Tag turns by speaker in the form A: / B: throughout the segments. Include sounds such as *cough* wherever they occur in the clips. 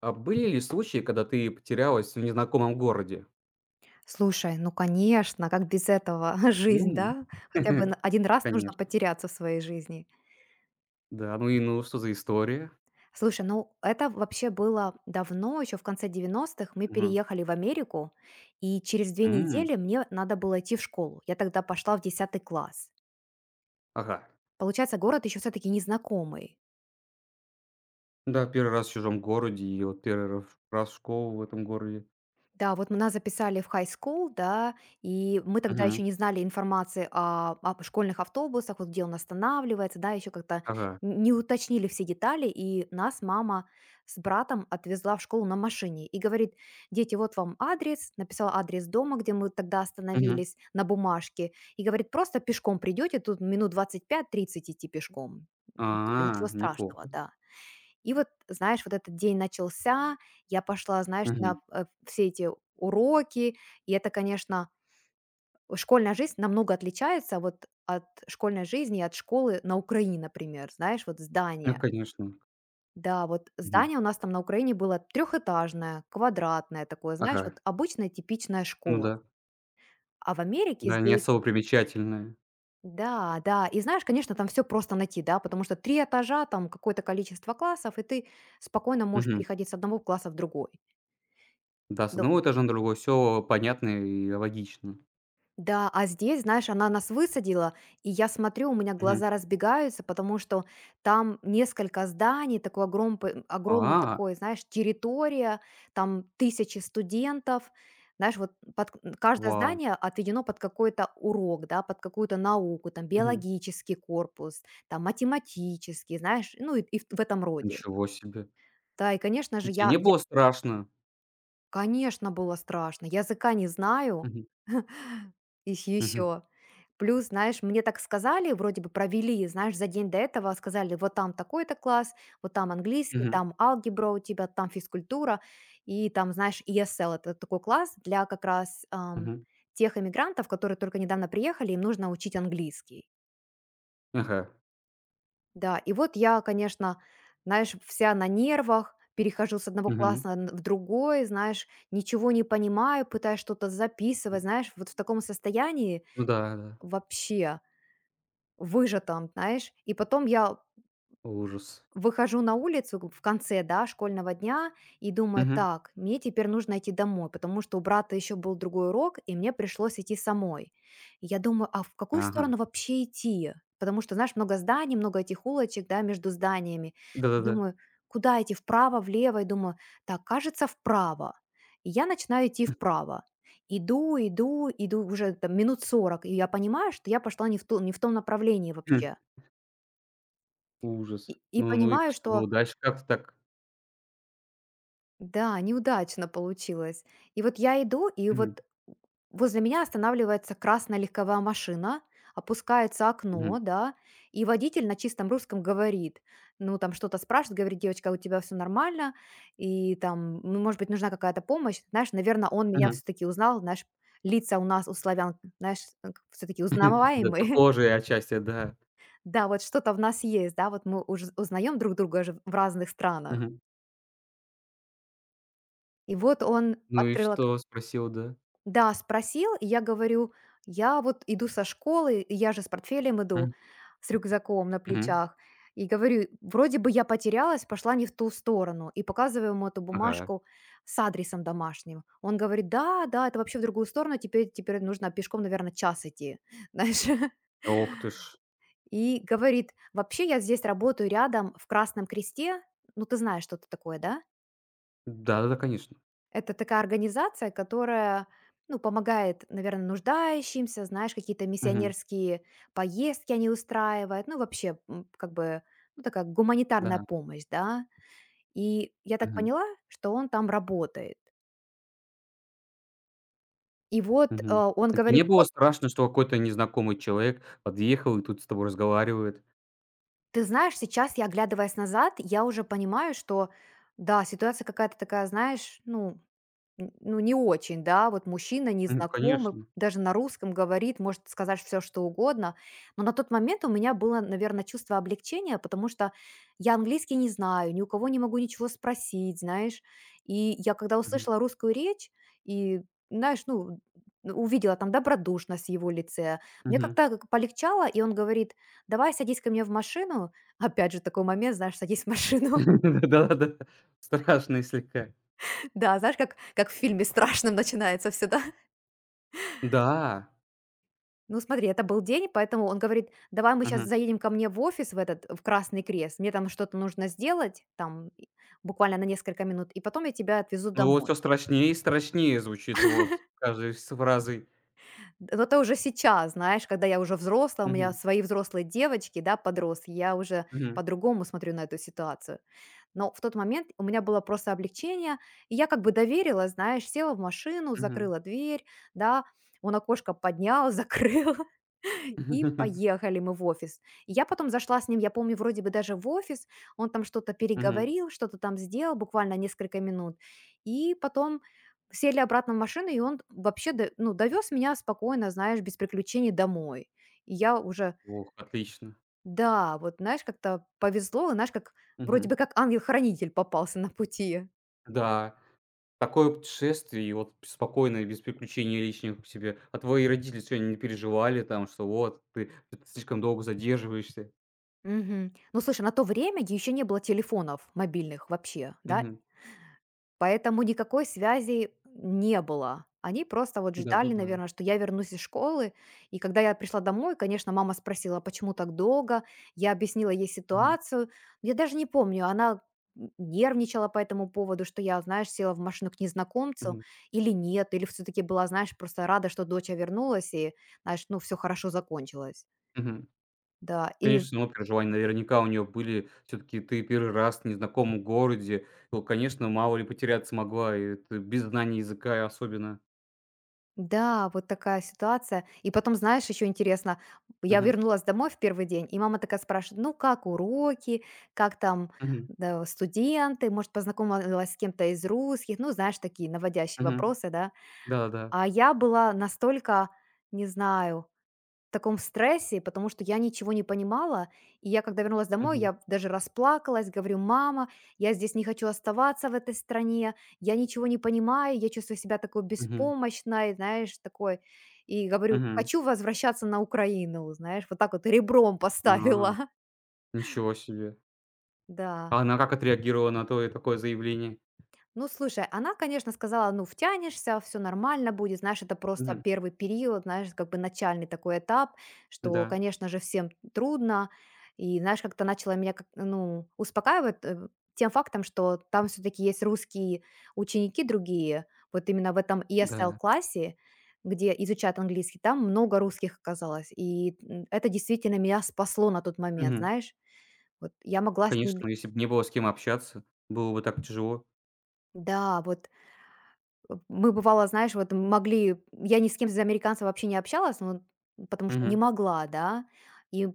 A: А были ли случаи, когда ты потерялась в незнакомом городе?
B: Слушай, ну конечно, как без этого *laughs* жизнь,
A: М.
B: да? Хотя бы
A: *laughs*
B: один раз нужно
A: Конечно.
B: потеряться в своей жизни.
A: Да, ну и ну, что за история?
B: Слушай, ну это вообще было давно, еще в конце 90-х мы
A: Мгм.
B: переехали в Америку, и через две
A: М.
B: недели мне надо было идти в школу. Я тогда пошла в 10-й класс.
A: Ага.
B: Получается, город еще все-таки незнакомый.
A: Да, первый раз в чужом городе и вот первый ра раз в школу в этом городе.
B: Да, вот мы нас записали в high school, да, и мы тогда
A: Мгм.
B: еще не знали информации о школьных автобусах, вот где он останавливается, да, еще как-то
A: Ага.
B: не уточнили все детали, и нас мама с братом отвезла в школу на машине и говорит, дети, вот вам адрес, написала адрес дома, где мы тогда
A: Мгм.
B: остановились на бумажке, и говорит, просто пешком придете, тут минут 25-30 идти пешком. Ну, типа ничего
A: А,
B: страшного,
A: неплохо.
B: да. И вот, знаешь, вот этот день начался, я пошла, знаешь, на,
A: Мгм.
B: все эти уроки, и это, конечно, школьная жизнь намного отличается вот от школьной жизни и от школы на Украине, например. Знаешь, вот здание.
A: Ну, конечно.
B: Да, вот
A: Мгм.
B: здание у нас там на Украине было трехэтажное, квадратное такое, знаешь,
A: Ага.
B: вот обычная типичная
A: Ну
B: школа.
A: да.
B: А в Америке
A: Да, не
B: здесь
A: особо примечательное.
B: да, да. И знаешь, конечно, там все просто найти, да, потому что 3 этажа, там какое-то количество классов, и ты спокойно можешь
A: Мгм.
B: переходить с одного класса в другой.
A: Да, с
B: Да.
A: одного этажа на другой все понятно и логично.
B: Да, а здесь, знаешь, она нас высадила, и я смотрю, у меня
A: Мгм.
B: глаза разбегаются, потому что там несколько зданий, такой огромный
A: А,
B: такой, знаешь, территория, там тысячи студентов, знаешь, вот под каждое
A: вау.
B: здание отведено под какой-то урок, да, под какую-то науку, там
A: Мгм.
B: биологический корпус, там математический, знаешь, ну и в этом роде.
A: Ничего себе.
B: Да, и, конечно же,
A: И тебе
B: я,
A: не
B: я,
A: было страшно?
B: конечно, было страшно, языка не знаю,
A: Мгм.
B: *laughs* и
A: Мгм.
B: еще. Плюс, знаешь, мне так сказали, вроде бы провели, знаешь, за день до этого сказали, вот там такой-то класс, вот там английский,
A: Мгм.
B: там алгебра у тебя, там физкультура, и там, знаешь, ESL — это такой класс для как раз
A: Мгм.
B: тех иммигрантов, которые только недавно приехали, им нужно учить английский.
A: Ага.
B: Да, и вот я, конечно, знаешь, вся на нервах, перехожу с одного
A: Мгм.
B: класса в другой, знаешь, ничего не понимаю, пытаюсь что-то записывать,
A: М.
B: знаешь, вот в таком состоянии
A: Ну да, да.
B: вообще выжатом, знаешь. И потом я
A: Ужас.
B: выхожу на улицу в конце, да, школьного дня и думаю,
A: Мгм.
B: так, мне теперь нужно идти домой, потому что у брата еще был другой урок, и мне пришлось идти самой. И я думаю, а в какую
A: Ага.
B: сторону вообще идти? Потому что, знаешь, много зданий, много этих улочек, да, между зданиями.
A: Да-да-да.
B: Думаю, куда идти, вправо, влево? И думаю, так, кажется, вправо. И я начинаю идти вправо. Иду, иду, иду уже там минут 40, и я понимаю, что я пошла не в том направлении
A: Хм.
B: вообще. И
A: Ужас.
B: и
A: Ну и
B: понимаю,
A: что
B: что
A: было дальше? Как ты так?
B: да, неудачно получилось. И вот я иду, и
A: Мгм.
B: вот возле меня останавливается красная легковая машина, опускается окно,
A: Мгм.
B: да, и водитель на чистом русском говорит, ну, там что-то спрашивает, говорит, девочка, а у тебя все нормально, и там, ну, может быть, нужна какая-то помощь. Знаешь, наверное, он меня
A: Мгм.
B: все-таки узнал, знаешь, лица у нас, у славян, знаешь, все-таки
A: *laughs* Да,
B: узнаваемые. *laughs*
A: похожие отчасти, да.
B: Да, вот что-то в нас есть, да, вот мы уже узнаем друг друга же в разных странах.
A: Мгм.
B: И вот он
A: Ну и
B: открыл.
A: что спросил, да?
B: Да, спросил, и я говорю: "Я вот иду со школы, и я же с портфелем иду,
A: Мгм.
B: с рюкзаком на
A: Мгм.
B: плечах". И говорю: "Вроде бы я потерялась, пошла не в ту сторону". И показываю ему эту
A: Ага.
B: бумажку с адресом домашним. Он говорит: "Да, да, это вообще в другую сторону, теперь нужно пешком, наверное, час идти". *laughs* Знаешь?
A: Ох ты ж.
B: И говорит: "Вообще я здесь работаю рядом в Красном Кресте". Ну, ты знаешь, что это такое, да?
A: Да-да-да, конечно.
B: Это такая организация, которая, ну, помогает, наверное, нуждающимся, знаешь, какие-то
A: Мгм.
B: миссионерские поездки они устраивают, ну, вообще, как бы, ну, такая гуманитарная
A: Да.
B: помощь, да. И я так
A: Мгм.
B: поняла, что он там работает. И вот,
A: Мгм.
B: он
A: А те
B: говорит:
A: не было
B: "Вот,
A: страшно, что какой-то незнакомый человек подъехал и тут с тобой разговаривает?
B: ты знаешь, сейчас я, оглядываясь назад, я уже понимаю, что, да, ситуация какая-то такая, знаешь, ну, Н ну, не очень, да. Вот мужчина
A: М,
B: незнакомый,
A: конечно.
B: даже на русском говорит, может сказать все что угодно. Но на тот момент у меня было, наверное, чувство облегчения, потому что я английский не знаю, ни у кого не могу ничего спросить, знаешь. И я когда
A: Мгм,
B: услышала русскую речь и, знаешь, ну, увидела там добродушность в его лице, мне
A: мгм.
B: как-то полегчало, и он говорит: "Давай садись ко мне в машину". Опять же такой момент, знаешь, садись в машину. *laughs*
A: *laughs* Да-да-да, страшный слегка.
B: Да, знаешь, как в фильме страшном начинается всё, да?
A: Да,
B: Ну, смотри, это был день, поэтому он говорит: "Давай мы сейчас
A: мгм.
B: заедем ко мне в офис, в этот, в Красный Крест. Мне там что-то нужно сделать, там, и буквально на несколько минут, и потом я тебя отвезу
A: Ну, вот
B: домой".
A: все страшнее и страшнее звучит вот с каждой с фразой.
B: Но это уже сейчас, знаешь, когда я уже взрослая, у меня
A: Мгм,
B: свои взрослые девочки, да, подросли, я уже
A: мгм,
B: по-другому смотрю на эту ситуацию. Но в тот момент у меня было просто облегчение, и я как бы доверила, знаешь, села в машину,
A: мгм,
B: закрыла дверь, да, он окошко поднял, *laughs* закрыл. И
A: *laughs*
B: поехали мы в офис. Я потом зашла с ним, я помню, вроде бы даже в офис, он там что-то
A: мгм.
B: переговорил, что-то там сделал, буквально несколько минут. И потом сели обратно в машину, и он вообще, ну, довез меня спокойно, знаешь, без приключений домой. И я уже,
A: Ох, отлично.
B: да, вот, знаешь, как-то повезло, и, знаешь, как вроде
A: Мгм.
B: бы как ангел-хранитель попался на пути.
A: Да, такое путешествие и вот спокойно, и без приключений лишних к себе. А твои родители сегодня не переживали там, что вот ты слишком долго задерживаешься?
B: Мгм. Ну, слушай, на то время еще не было телефонов мобильных вообще, да.
A: Мгм.
B: Поэтому никакой связи не было. Они просто вот ждали,
A: Да-да-да.
B: наверное, что я вернусь из школы. И когда я пришла домой, конечно, мама спросила, почему так долго. Я объяснила ей
A: Мгм,
B: ситуацию. Я даже не помню, она нервничала по этому поводу, что я, знаешь, села в машину к незнакомцу
A: мгм,
B: или нет, или все-таки была, знаешь, просто рада, что доча вернулась и, знаешь, ну, все хорошо закончилось.
A: мгм.
B: Да, и
A: Конечно, ну, переживания наверняка у нее были. Все таки ты первый раз в незнакомом городе. Ну, конечно, мало ли потеряться могла, и ты без знания языка и особенно.
B: да, вот такая ситуация. И потом, знаешь, еще интересно, я
A: Мгм,
B: вернулась домой в первый день, и мама такая спрашивает, ну как уроки, как там,
A: мгм,
B: да, студенты, может, познакомилась с кем-то из русских, ну, знаешь, такие наводящие
A: мгм.
B: вопросы, да.
A: Да-да-да.
B: А я была настолько, не знаю, таком стрессе, потому что я ничего не понимала. И я, когда вернулась домой,
A: Мгм,
B: я даже расплакалась, говорю: "Мама, я здесь не хочу оставаться в этой стране, я ничего не понимаю, я чувствую себя такой
A: мгм,
B: беспомощной", знаешь, такой. И говорю:
A: мгм.
B: "Хочу возвращаться на Украину", знаешь, вот так вот ребром поставила.
A: А,
B: *laughs*
A: ничего себе.
B: Да.
A: А она как отреагировала на твое такое заявление?
B: Ну, слушай, она, конечно, сказала, ну, втянешься, все нормально будет, знаешь, это просто
A: Мгм.
B: первый период, знаешь, как бы начальный такой этап, что,
A: Да,
B: конечно же, всем трудно, и, знаешь, как-то начала меня, как, ну, успокаивать тем фактом, что там все-таки есть русские ученики другие, вот именно в этом
A: да.
B: ESL-классе, где изучают английский, там много русских оказалось, и это действительно меня спасло на тот момент,
A: Мгм.
B: знаешь, вот я могла с
A: Конечно,
B: ними,
A: ну, если бы не было с кем общаться, было бы так тяжело.
B: да, вот. Мы, бывало, знаешь, вот могли я ни с кем из американцев вообще не общалась, ну, потому что не
A: Мгм,
B: могла, да. И, в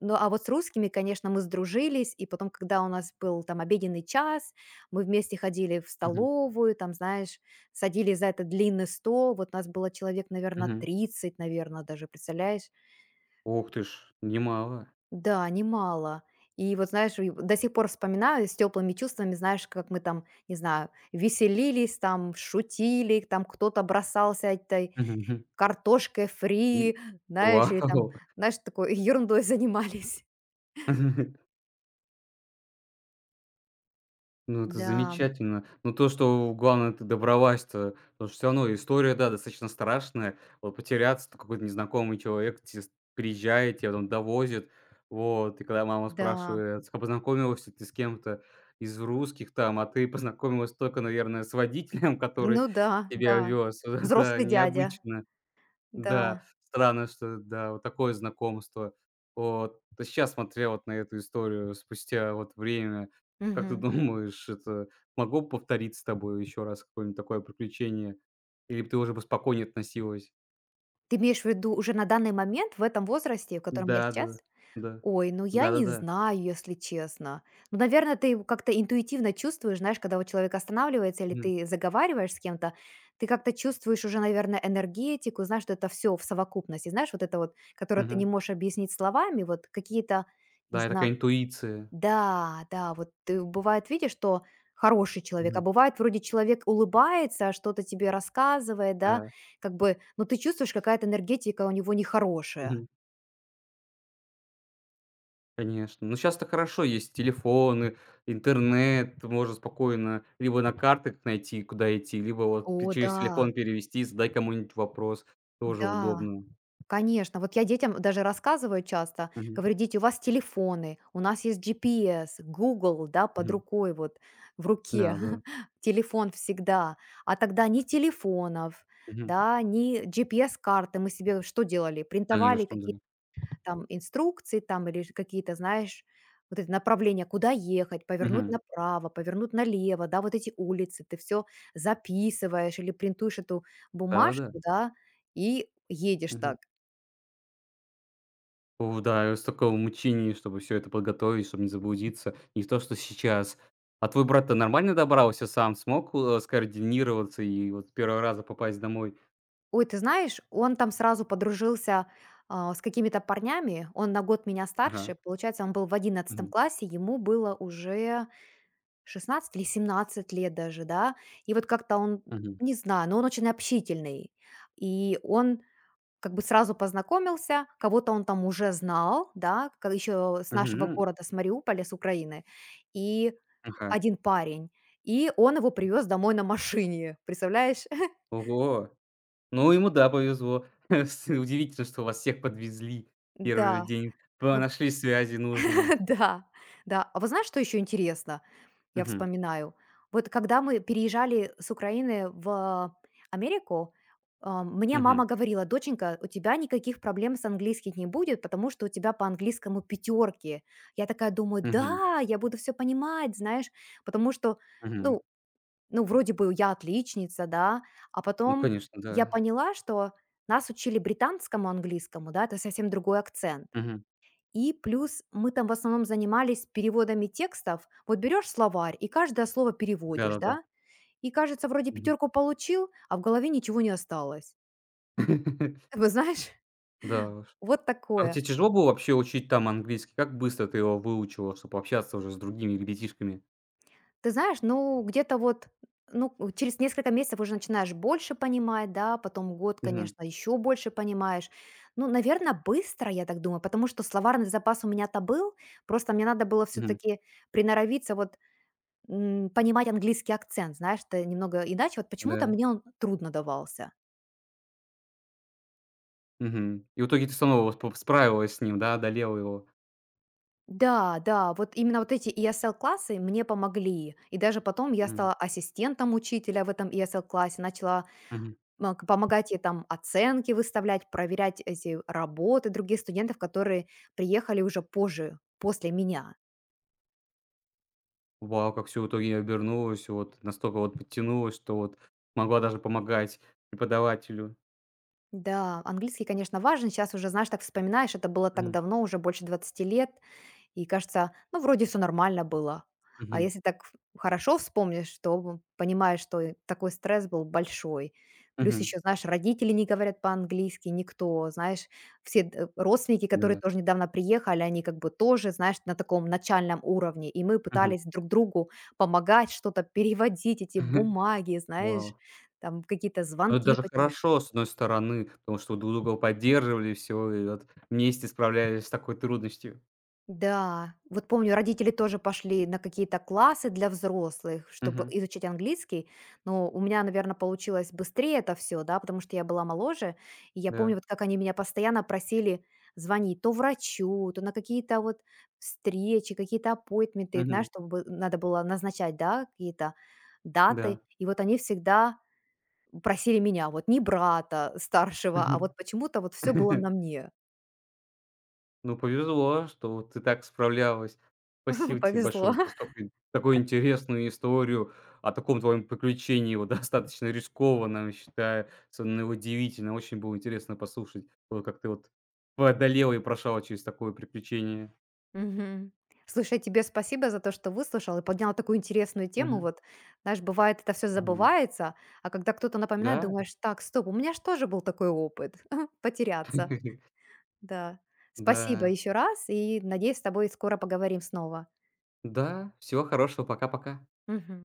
B: ну, а вот с русскими, конечно, мы сдружились, и потом, когда у нас был там обеденный час, мы вместе ходили в
A: мгм,
B: столовую, там, знаешь, садились за этот длинный стол. Вот нас было человек, наверно,
A: мгм.
B: 30, наверно, даже, представляешь?
A: Ух ты ж, немало.
B: Да, немало. И вот, знаешь, и до сих пор вспоминаю с теплыми чувствами, знаешь, как мы там, не знаю, веселились, там, шутили, там кто-то бросался этой
A: Мгм.
B: картошкой
A: И
B: фри, знаешь, или там,
A: вау!
B: знаешь, такой ерундой *laughs* занимались.
A: *laughs* Ну, это
B: Да,
A: замечательно. Но то, что главное, ты добралась-то, потому что все равно история, да, достаточно страшная. Вот потеряться, то какой-то незнакомый человек те с приезжает, тебя там довозит. Вот, и когда мама
B: да.
A: спрашивает: "А познакомилась ли ты с кем-то из русских там?" А ты познакомилась только, наверное, с водителем, *laughs* который
B: Ну да,
A: тебя
B: да.
A: вез. *laughs* Да,
B: Взрослый дядя.
A: необычно. Да,
B: Да.
A: странно, что, да, вот такое знакомство. Вот сейчас смотря вот на эту историю спустя вот время, как ты *laughs*
B: Мгм.
A: думаешь, это могло повторить с тобой еще раз какое-нибудь такое приключение? Или б ты уже бы спокойнее относилась?
B: Ты имеешь в виду уже на данный момент, в этом возрасте, в котором я
A: Да,
B: сейчас?
A: да, да.
B: Ой, ну я не
A: Да-да-да.
B: знаю, если честно. Ну, наверное, ты его как-то интуитивно чувствуешь, знаешь, когда вот человек останавливается или
A: Мгм.
B: ты заговариваешь с кем-то, ты как-то чувствуешь уже, наверное, энергетику, знаешь, что это все в совокупности, знаешь, вот это вот, которое ты не
A: Мгм.
B: можешь объяснить словами, вот какие-то, не
A: Да, и
B: знаю,
A: такая интуиция.
B: да, да, вот ты бывает видишь, что хороший человек, а
A: Мгм.
B: бывает вроде человек улыбается, что-то тебе рассказывает, да,
A: Да.
B: как бы, но ты чувствуешь, какая-то энергетика у него нехорошая.
A: Мгм. Конечно. Ну, сейчас то хорошо, есть телефоны, интернет, можно спокойно либо на картах найти, куда идти, либо
B: О,
A: вот п через
B: да,
A: телефон перевести, задать кому-нибудь вопрос, тоже
B: да.
A: удобно.
B: Конечно, вот я детям даже рассказываю часто,
A: Мгм,
B: говорю: "Дети, у вас телефоны, у нас есть GPS, Google, да, под
A: мгм.
B: рукой, вот в руке,
A: Да, да.
B: *laughs* телефон всегда". А тогда ни телефонов,
A: Мгм.
B: да, ни GPS-карты. Мы себе что делали? Принтовали
A: Конечно,
B: какие-то
A: да.
B: там инструкции там или ж какие-то, знаешь, вот эти направления, куда ехать, повернуть
A: Мгм.
B: направо, повернуть налево, да, вот эти улицы. Ты все записываешь или принтуешь эту бумажку,
A: Да-да-да.
B: да, и едешь
A: Мгм.
B: так.
A: О да, и с такого мучения, чтобы все это подготовить, чтобы не заблудиться. Не то, что сейчас. А твой брат-то нормально добрался сам? Смог, скоординироваться и вот с 1 раза попасть домой?
B: Ой, ты знаешь, он там сразу подружился, с какими-то парнями. Он на год меня
A: Ага.
B: старше. Получается, он был в одиннадцатом
A: Мгм.
B: классе, ему было уже 16 или 17 лет даже, да. И вот как-то он,
A: Мгм.
B: не знаю, но он очень общительный. И он как бы сразу познакомился, кого-то он там уже знал, да, еще с нашего
A: Мгм.
B: города, с Мариуполя, с Украины. И
A: Ага.
B: один парень. И он его привез домой на машине, представляешь? *laughs*
A: Ого! Ну, ему, да, повезло. *laughs* С удивительно, что вас всех подвезли в первый
B: Да.
A: же день. Па
B: Ну,
A: нашли связи нужные.
B: *laughs* да, да. А вы знаешь, что еще интересно? Я
A: Мгм.
B: вспоминаю. Вот когда мы переезжали с Украины в Америку, мне мама
A: Мгм.
B: говорила, доченька, у тебя никаких проблем с английским не будет, потому что у тебя по английскому пятерки. Я такая думаю,
A: Мгм.
B: да, я буду все понимать, знаешь, потому что,
A: Мгм.
B: ну, ну, вроде бы я отличница, да, а
A: Ну,
B: потом
A: конечно,
B: я
A: да.
B: поняла, что нас учили британскому английскому, да, это совсем другой акцент.
A: Мгм.
B: И плюс мы там в основном занимались переводами текстов. Вот берешь словарь и каждое слово переводишь,
A: Да-да-да.
B: да? И кажется, вроде
A: Мгм.
B: пятерку получил, а в голове ничего не осталось.
A: *laughs*
B: Вы знаешь,
A: Да уж.
B: *laughs* вот
A: А
B: такое.
A: тебе тяжело было вообще учить там английский? Как быстро ты его выучила, чтобы общаться уже с другими ребятишками?
B: Ты знаешь, ну где-то вот ну, через несколько месяцев уже начинаешь больше понимать, да, потом год,
A: Мгм.
B: конечно, еще больше понимаешь. Ну, наверное, быстро, я так думаю, потому что словарный запас у меня-то был, просто мне надо было
A: Мгм.
B: все-таки приноровиться вот понимать английский акцент, знаешь, это немного иначе. Вот почему-то
A: Да.
B: мне он трудно давался.
A: Мгм. И в итоге ты снова справилась с ним, да, одолела его?
B: Да, да, вот именно вот эти ESL-классы мне помогли. И даже потом я стала ассистентом учителя в этом ESL-классе, начала
A: Мгм.
B: помогать ей там оценки выставлять, проверять эти работы других студентов, которые приехали уже позже, после меня.
A: Вау, как все в итоге обернулось, вот настолько вот подтянулось, что вот могла даже помогать преподавателю.
B: Да, английский, конечно, важен. Сейчас уже, знаешь, так вспоминаешь, это было так
A: Мгм,
B: давно, уже больше 20 лет. И кажется, ну, вроде все нормально было. А
A: мгм,
B: если так хорошо вспомнишь, то понимаешь, что и такой стресс был большой. Плюс
A: мгм,
B: еще, знаешь, родители не говорят по-английски, никто, знаешь, все родственники, которые
A: да,
B: тоже недавно приехали, они как бы тоже, знаешь, на таком начальном уровне. И мы
A: мгм.
B: пытались друг другу помогать, что-то переводить, эти
A: *laughs*
B: бумаги, знаешь,
A: Вау.
B: там какие-то
A: Ну, это
B: звонки
A: даже
B: по телефону.
A: хорошо, с одной стороны, потому что друг друга поддерживали, все и вот вместе справлялись с такой трудностью.
B: Да, вот помню, родители тоже пошли на какие-то классы для взрослых, чтобы
A: Мгм,
B: изучить английский, но у меня, наверное, получилось быстрее это все, да, потому что я была моложе, и я помню,
A: да,
B: вот как они меня постоянно просили звонить то врачу, то на какие-то вот встречи, какие-то аппойтменты, знаешь,
A: мгм,
B: чтобы надо было назначать, да, какие-то даты,
A: да.
B: и вот они всегда просили меня, вот не брата старшего, а вот почему-то вот все было на
A: *laughs*
B: мне,
A: Ну, повезло, что вот ты так справлялась.
B: *laughs*
A: Спасибо тебе большое
B: повезло.
A: вот за столько такую интересную историю о таком твоем приключении, вот *laughs* достаточно рискованном, считаю, но удивительно. Очень было интересно послушать, вот как ты вот преодолела и прошла вот через такое приключение.
B: Мгм. Слушай, тебе спасибо за то, что выслушал и поднял такую интересную тему.
A: Мгм.
B: Вот, знаешь, бывает, это все
A: Мгм.
B: забывается, а когда кто-то напоминает,
A: Да,
B: думаешь, так, стоп, у меня же тоже был такой опыт *laughs* потеряться.
A: *laughs*
B: Да. Спасибо
A: да,
B: еще раз, и надеюсь, с тобой скоро поговорим снова.
A: да. Всего хорошего, пока-пока.
B: Мгм.